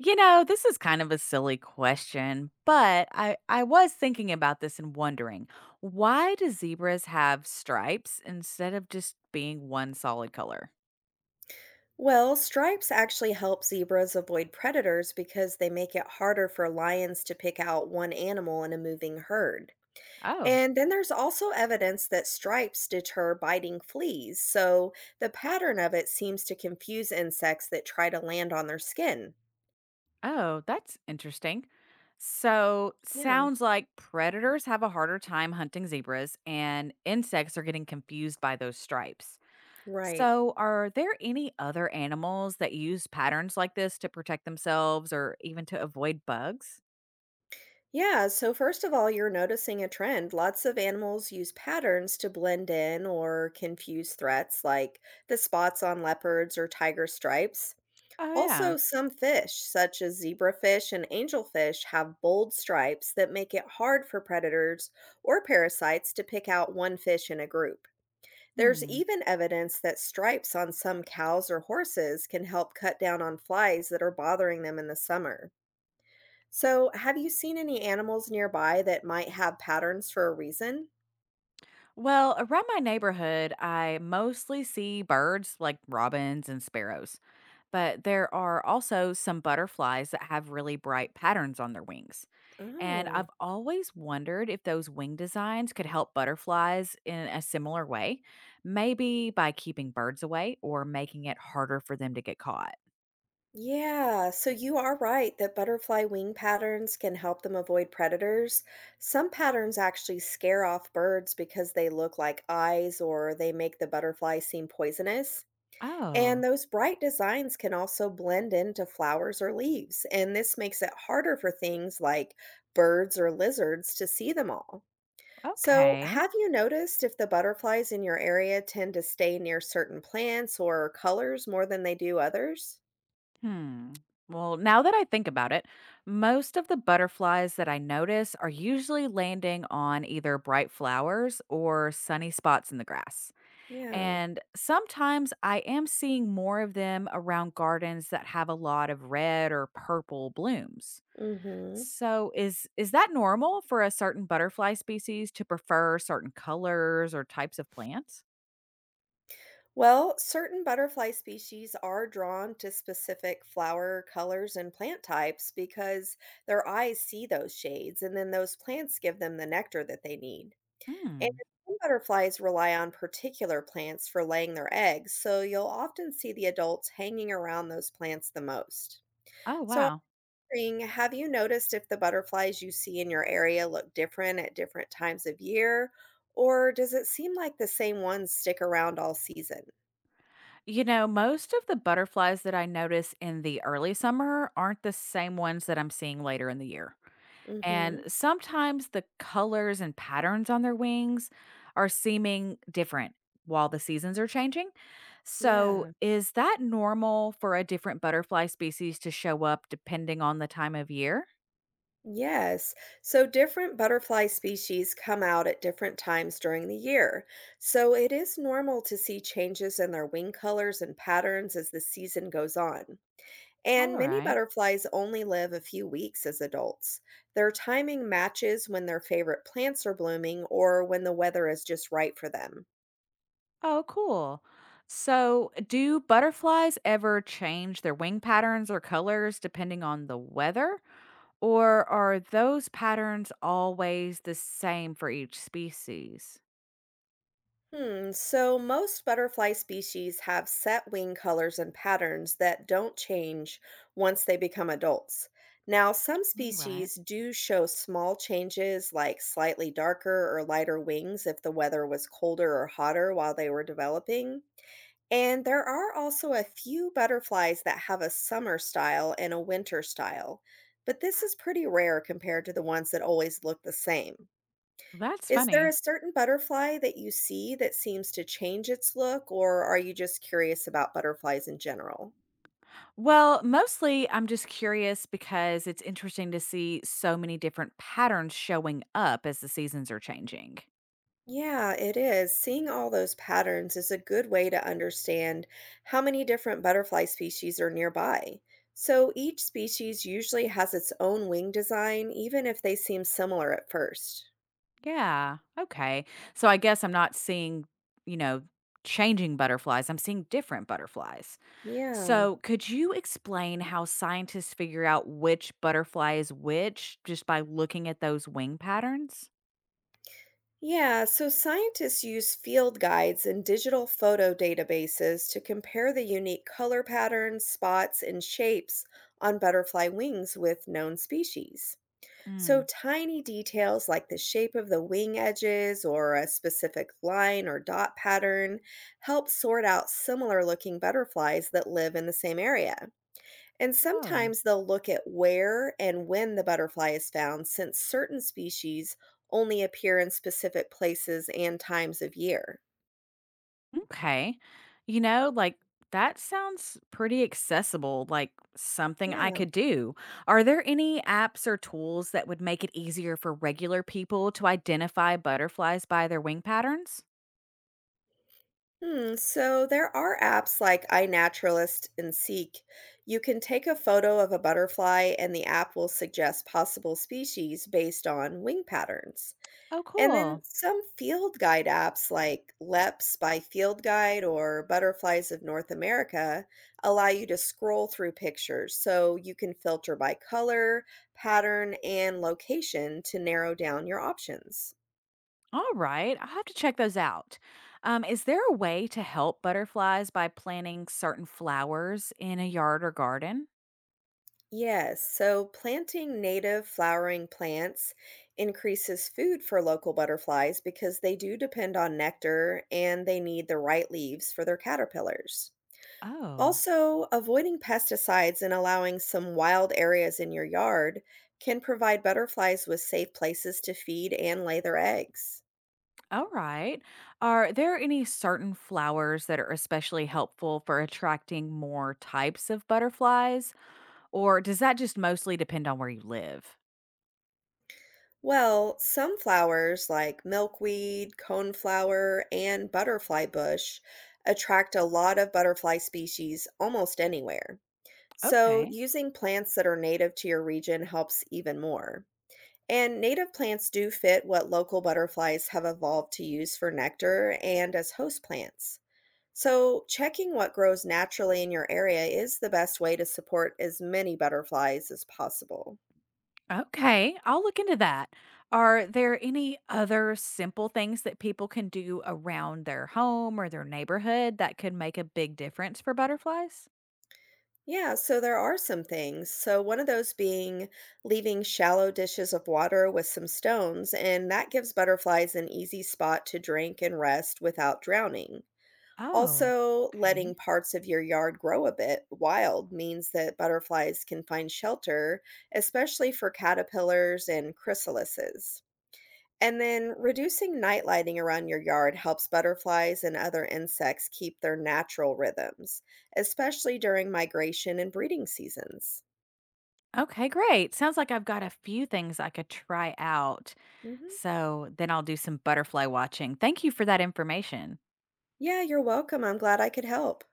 You know, this is kind of a silly question, but I was thinking about this and wondering why do zebras have stripes instead of just being one solid color? Well, stripes actually help zebras avoid predators because they make it harder for lions to pick out one animal in a moving herd. Oh, And then there's also evidence that stripes deter biting fleas, so the pattern of it seems to confuse insects that try to land on their skin. oh, that's interesting. So, Yeah, sounds like predators have a harder time hunting zebras and insects are getting confused by those stripes. right. So, are there any other animals that use patterns like this to protect themselves or even to avoid bugs? Yeah, so first of all, you're noticing a trend. Lots of animals use patterns to blend in or confuse threats, like the spots on leopards or tiger stripes. Oh, yeah. Also, some fish, such as zebrafish and angelfish, have bold stripes that make it hard for predators or parasites to pick out one fish in a group. There's Hmm. even evidence that stripes on some cows or horses can help cut down on flies that are bothering them in the summer. So, have you seen any animals nearby that might have patterns for a reason? Well, around my neighborhood, I mostly see birds like robins and sparrows, but there are also some butterflies that have really bright patterns on their wings. And Oh. I've always wondered if those wing designs could help butterflies in a similar way, maybe by keeping birds away or making it harder for them to get caught. Yeah, so you are right that butterfly wing patterns can help them avoid predators. Some patterns actually scare off birds because they look like eyes or they make the butterfly seem poisonous. And Oh, those bright designs can also blend into flowers or leaves, and this makes it harder for things like birds or lizards to see them all. So, okay. have you noticed if the butterflies in your area tend to stay near certain plants or colors more than they do others? Hmm. Well, now that I think about it, most of the butterflies that I notice are usually landing on either bright flowers or sunny spots in the grass. Yeah. And sometimes I am seeing more of them around gardens that have a lot of red or purple blooms. Mhm. So is that normal for a certain butterfly species to prefer certain colors or types of plants? Well, certain butterfly species are drawn to specific flower colors and plant types because their eyes see those shades, and then those plants give them the nectar that they need. And Hmm. some butterflies rely on particular plants for laying their eggs, so you'll often see the adults hanging around those plants the most. Oh, So, I'm wow. wondering, have you noticed if the butterflies you see in your area look different at different times of year? Or does it seem like the same ones stick around all season? You know, most of the butterflies that I notice in the early summer aren't the same ones that I'm seeing later in the year. And Mhm. sometimes the colors and patterns on their wings are seeming different while the seasons are changing. So, Yeah. is that normal for a different butterfly species to show up depending on the time of year? Yes. So different butterfly species come out at different times during the year. So it is normal to see changes in their wing colors and patterns as the season goes on. And All many right. butterflies only live a few weeks as adults. Their timing matches when their favorite plants are blooming or when the weather is just right for them. Oh, cool. So, do butterflies ever change their wing patterns or colors depending on the weather? Or are those patterns always the same for each species? So most butterfly species have set wing colors and patterns that don't change once they become adults. Now, some All right. species do show small changes like slightly darker or lighter wings if the weather was colder or hotter while they were developing. And there are also a few butterflies that have a summer style and a winter style, but this is pretty rare compared to the ones that always look the same. That's Is there a funny. certain butterfly that you see that seems to change its look, or are you just curious about butterflies in general? Well, mostly I'm just curious because it's interesting to see so many different patterns showing up as the seasons are changing. Yeah, it is. Seeing all those patterns is a good way to understand how many different butterfly species are nearby. So each species usually has its own wing design, even if they seem similar at first. Yeah. Okay. So I guess I'm not seeing, you know, changing butterflies. I'm seeing different butterflies. Yeah. So could you explain how scientists figure out which butterfly is which just by looking at those wing patterns? Yeah, so scientists use field guides and digital photo databases to compare the unique color patterns, spots, and shapes on butterfly wings with known species. So, tiny details like the shape of the wing edges or a specific line or dot pattern help sort out similar looking butterflies that live in the same area. And Oh, sometimes they'll look at where and when the butterfly is found, since certain species only appear in specific places and times of year. okay. You know, like that sounds pretty accessible, like something I Yeah. could do. Are there any apps or tools that would make it easier for regular people to identify butterflies by their wing patterns? Hmm. So there are apps like iNaturalist and Seek. You can take a photo of a butterfly, and the app will suggest possible species based on wing patterns. Oh, And then cool. some field guide apps like LEPS by Field Guide or Butterflies of North America allow you to scroll through pictures so you can filter by color, pattern, and location to narrow down your options. All right. I'll have to check those out. Is there a way to help butterflies by planting certain flowers in a yard or garden? Yes, so planting native flowering plants increases food for local butterflies because they do depend on nectar and they need the right leaves for their caterpillars. Oh. Also, avoiding pesticides and allowing some wild areas in your yard can provide butterflies with safe places to feed and lay their eggs. All right. Are there any certain flowers that are especially helpful for attracting more types of butterflies, or does that just mostly depend on where you live? Well, some flowers like milkweed, coneflower, and butterfly bush attract a lot of butterfly species almost anywhere. So, Okay. using plants that are native to your region helps even more. And native plants do fit what local butterflies have evolved to use for nectar and as host plants. So, checking what grows naturally in your area is the best way to support as many butterflies as possible. Okay, I'll look into that. Are there any other simple things that people can do around their home or their neighborhood that could make a big difference for butterflies? Yeah, so there are some things. So, one of those being leaving shallow dishes of water with some stones, and that gives butterflies an easy spot to drink and rest without drowning. Oh, Also, letting okay. parts of your yard grow a bit wild means that butterflies can find shelter, especially for caterpillars and chrysalises. And then reducing night lighting around your yard helps butterflies and other insects keep their natural rhythms, especially during migration and breeding seasons. Okay, great. Sounds like I've got a few things I could try out. Hmm. So then I'll do some butterfly watching. Thank you for that information. Yeah, you're welcome. I'm glad I could help.